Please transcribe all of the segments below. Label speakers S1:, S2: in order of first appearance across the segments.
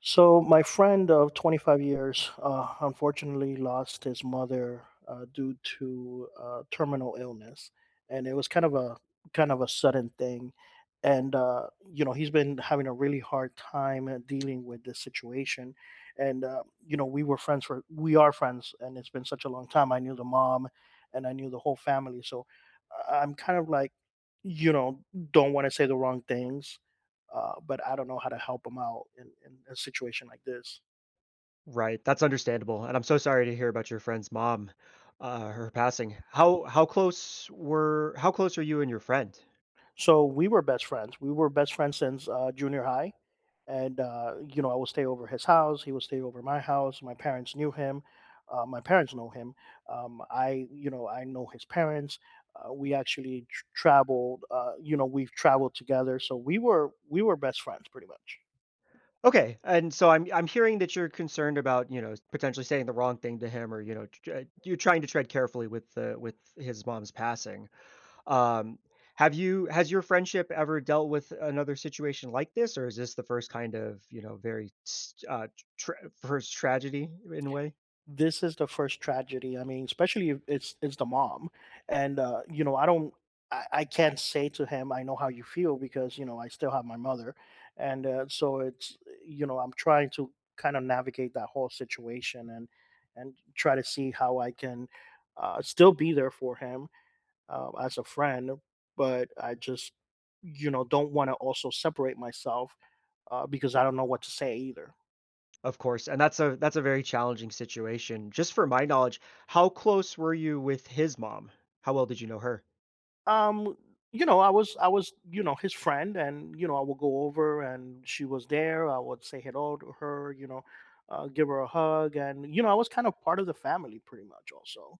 S1: So my friend of 25 years unfortunately lost his mother due to terminal illness, and it was kind of a sudden thing. And you know he's been having a really hard time dealing with this situation. And you know we are friends, and it's been such a long time. I knew the mom, and I knew the whole family. So I'm kind of like you know don't want to say the wrong things, but I don't know how to help him out in a situation like this.
S2: Right, that's understandable, and I'm so sorry to hear about your friend's mom, her passing. How close are you and your friend?
S1: So we were best friends. We were best friends since junior high. You know, I would stay over his house. He would stay over my house. My parents knew him. My parents know him. I, you know, I know his parents. We actually traveled, you know, we've traveled together. So we were best friends pretty much.
S2: Okay, and so I'm hearing that you're concerned about, you know, potentially saying the wrong thing to him or, you know, you're trying to tread carefully with the with his mom's passing. Um, have you, has your friendship ever dealt with another situation like this, or is this the first kind of, you know, first tragedy in a way?
S1: This is the first tragedy. I mean, especially if it's the mom, and you know, I can't say to him, I know how you feel because you know I still have my mother, and so it's you know I'm trying to kind of navigate that whole situation and try to see how I can still be there for him, as a friend, but I just you know don't want to also separate myself, because I don't know what to say either.
S2: Of course, and that's a very challenging situation. Just for my knowledge, how close were you with his mom? How well did you know her?
S1: um you know, I was you know his friend, and you know I would go over and she was there. I would say hello to her, you know, give her a hug. And you know I was kind of part of the family pretty much also.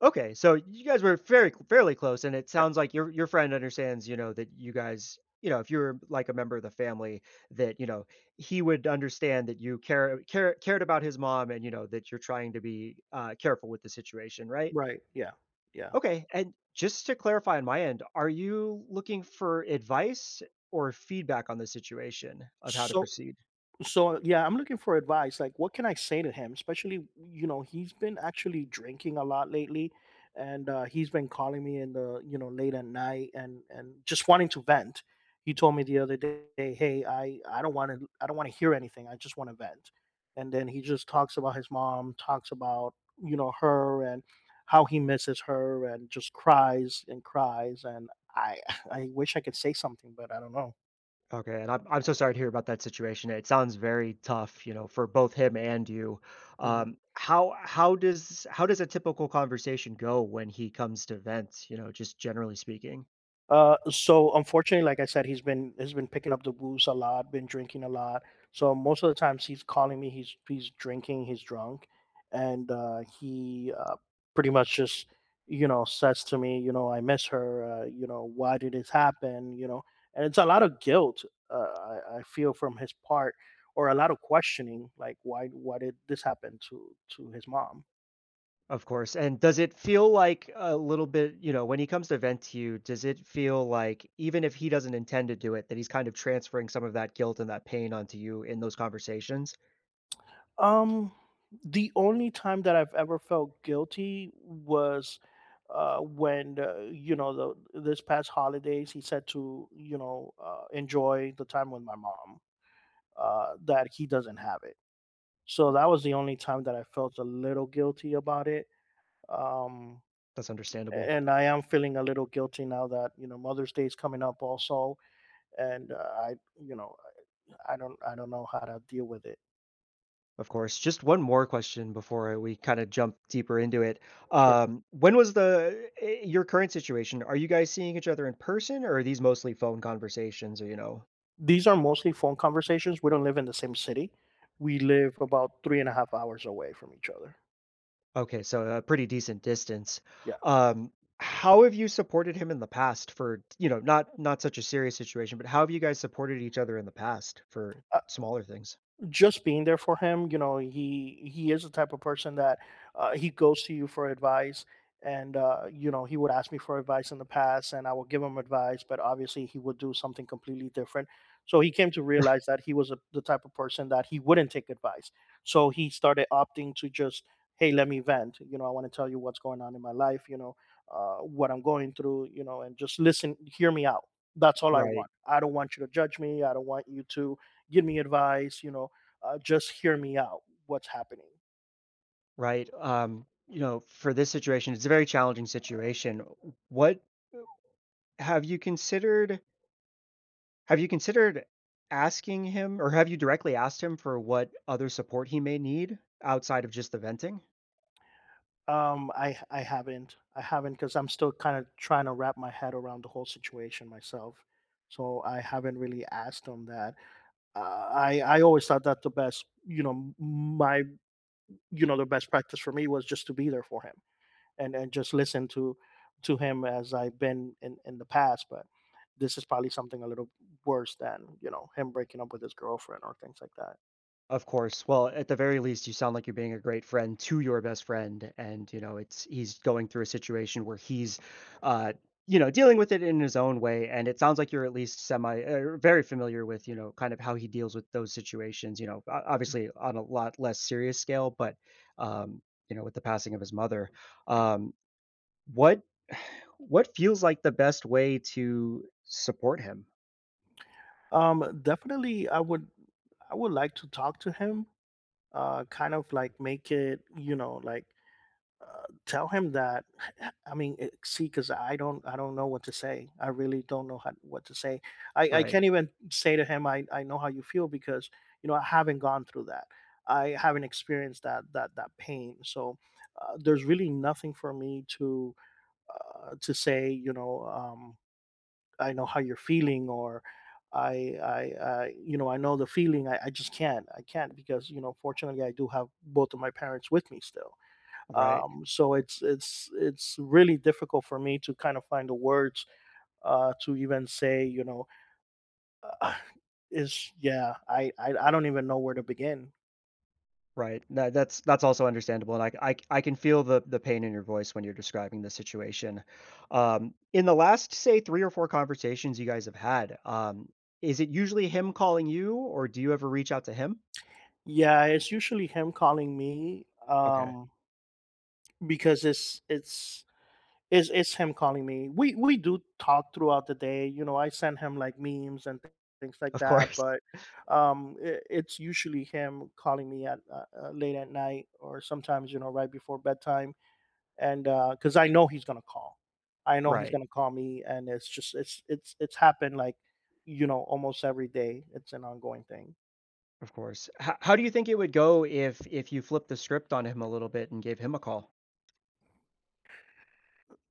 S2: Okay, so you guys were very fairly close, and it
S1: Yeah.
S2: sounds like your friend understands, you know, that you guys, you know, if you were like a member of the family, that you know he would understand that you cared about his mom, and you know that you're trying to be careful with the situation, right?
S1: Right, yeah. Yeah.
S2: Okay, and just to clarify on my end, are you looking for advice or feedback on the situation of how to
S1: so
S2: proceed?
S1: So yeah, I'm looking for advice. Like, what can I say to him? Especially, you know, he's been actually drinking a lot lately, and he's been calling me in the you know late at night and just wanting to vent. He told me the other day, "Hey, I don't want to hear anything. I just want to vent." And then he just talks about his mom, talks about you know her and how he misses her, and just cries and cries. And I I wish I could say something, but I don't know.
S2: Okay, and I'm so sorry to hear about that situation. It sounds very tough, you know, for both him and you.
S1: Mm-hmm.
S2: How does a typical conversation go when he comes to vent, you know, just generally speaking?
S1: So unfortunately, like I said, he's been picking up the booze a lot, been drinking a lot. So most of the times he's calling me, he's drinking, he's drunk, and he pretty much just you know says to me, you know, I miss her. You know, why did this happen? You know, and it's a lot of guilt, I feel from his part, or a lot of questioning, like why did this happen to his mom?
S2: Of course. And does it feel like a little bit, you know, when he comes to vent to you, does it feel like even if he doesn't intend to do it, that he's kind of transferring some of that guilt and that pain onto you in those conversations?
S1: Um, the only time that I've ever felt guilty was when, you know, the this past holidays he said to you know enjoy the time with my mom, that he doesn't have it. So that was the only time that I felt a little guilty about it. Um,
S2: That's understandable.
S1: and I am feeling a little guilty now that you know Mother's Day is coming up also, and I you know I don't know how to deal with it.
S2: Of course. Just one more question before we kinda jump deeper into it. When was the I your current situation, are you guys seeing each other in person, or are these mostly phone conversations, or, you know.
S1: These are mostly phone conversations. We don't live in the same city. We live about three and a half hours away from each other.
S2: Okay, so a pretty decent distance.
S1: Yeah.
S2: Um, how have you supported him in the past for, you know, not such a serious situation, but how have you guys supported each other in the past for smaller things?
S1: Just being there for him, you know, he is the type of person that, he goes to you for advice. And you know he would ask me for advice in the past, and I would give him advice, but obviously he would do something completely different. So he came to realize that he was a, the type of person that he wouldn't take advice. So he started opting to just, hey, let me vent, you know, I want to tell you what's going on in my life, you know, what I'm going through, you know, and just listen, hear me out. That's all I want.
S2: Right,
S1: I don't want you to judge me. I don't want you to give me advice, you know. Just hear me out. What's happening?
S2: right. You know, for this situation, it's a very challenging situation. What have you considered Have you considered asking him or have you directly asked him for what other support he may need outside of just the venting?
S1: I haven't because I'm still kind of trying to wrap my head around the whole situation myself. So I haven't really asked them that. Uh, I always thought that the best you know my you know the best practice for me was just to be there for him and just listen to him as I've been in the past. But this is probably something a little worse than you know him breaking up with his girlfriend or things like that.
S2: Of course. Well, at the very least, you sound like you're being a great friend to your best friend, and you know it's he's going through a situation where uh, you know, dealing with it in his own way, and it sounds like you're at least semi, very familiar with you know kind of how he deals with those situations. You know, obviously on a lot less serious scale, but um, you know, with the passing of his mother, um, what what feels like the best way to support him?
S1: Definitely, I would like to talk to him. Kind of like make it, you know, like tell him that. I mean, it, see, because I don't know what to say. I really don't know how, what to say. I
S2: Right,
S1: can't even say to him, I know how you feel because you know I haven't gone through that. I haven't experienced that pain. So there's really nothing for me to say. You know, I know how you're feeling, or I, you know, I know the feeling. I just can't. I can't because you know, fortunately, I do have both of my parents with me still.
S2: right.
S1: So it's really difficult for me to kind of find the words, to even say, you know, uh, is yeah. I don't even know where to begin.
S2: Right. That's also understandable, and I can feel the pain in your voice when you're describing the situation. In the last, say, 3 or 4 conversations you guys have had, is it usually him calling you, or do you ever reach out to him?
S1: Yeah, it's usually him calling me,
S2: Okay.
S1: because it's him calling me. We do talk throughout the day. You know, I send him like memes and things like
S2: Of
S1: that.
S2: course.
S1: But I it's usually him calling me at, late at night or sometimes you know right before bedtime. And because I know he's gonna call, I know he's
S2: Right,
S1: gonna call me, and it's just it's happened like you know almost every day. It's an ongoing thing.
S2: of course. H How do you think it would go if you flipped the script on him a little bit and gave him a call?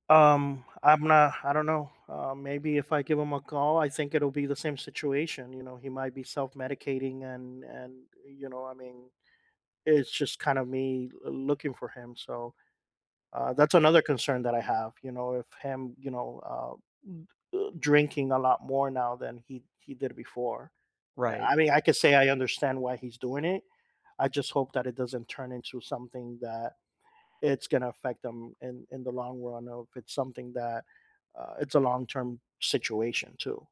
S1: I'm not. I don't know. Maybe if I give him a call, I think it'll be the same situation. You know, he might be self-medicating, and you know, I mean, it's just kind of me looking for him. So that's another concern that I have. You know, if him, you know, drinking a lot more now than he did before.
S2: Right.
S1: I mean, I could say I understand why he's doing it. I just hope that it doesn't turn into something that it's going to affect them in the long run, or if it's something that, it's a long term situation too.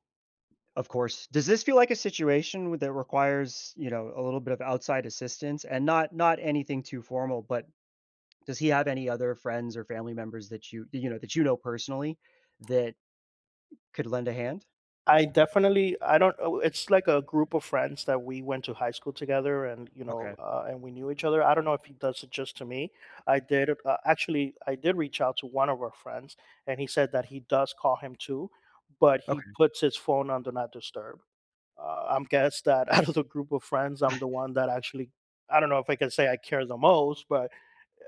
S2: Of course. Does this feel like a situation with that requires, you know, a little bit of outside assistance and not anything too formal, but does he have any other friends or family members that you know, that you know personally that could lend a hand?
S1: I definitely I don't, it's like a group of friends that we went to high school together, and you know,
S2: Okay.
S1: and we knew each other. I don't know if he does it just to me. I did, actually I did reach out to one of our friends, and he said that he does call him too, but he
S2: Okay.
S1: puts his phone on do not disturb. I'm guess that out of the group of friends, I'm the one that actually, I don't know if I can say I care the most, but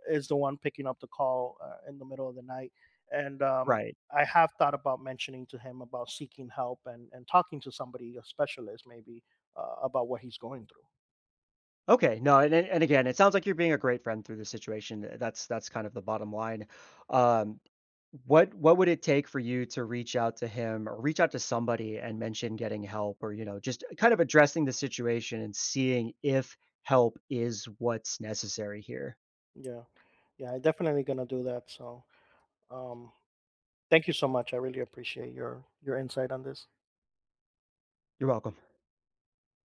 S1: is the one picking up the call in the middle of the night. And
S2: Right.
S1: I have thought about mentioning to him about seeking help and talking to somebody, a specialist maybe, about what he's going through.
S2: Okay, no, and again, it sounds like you're being a great friend through this situation. That's kind of the bottom line. Um, what would it take for you to reach out to him or reach out to somebody and mention getting help or, you know, just kind of addressing the situation and seeing if help is what's necessary here?
S1: Yeah. Yeah, I'm definitely going to do that. So um, thank you so much. I really appreciate your insight on this.
S2: You're welcome.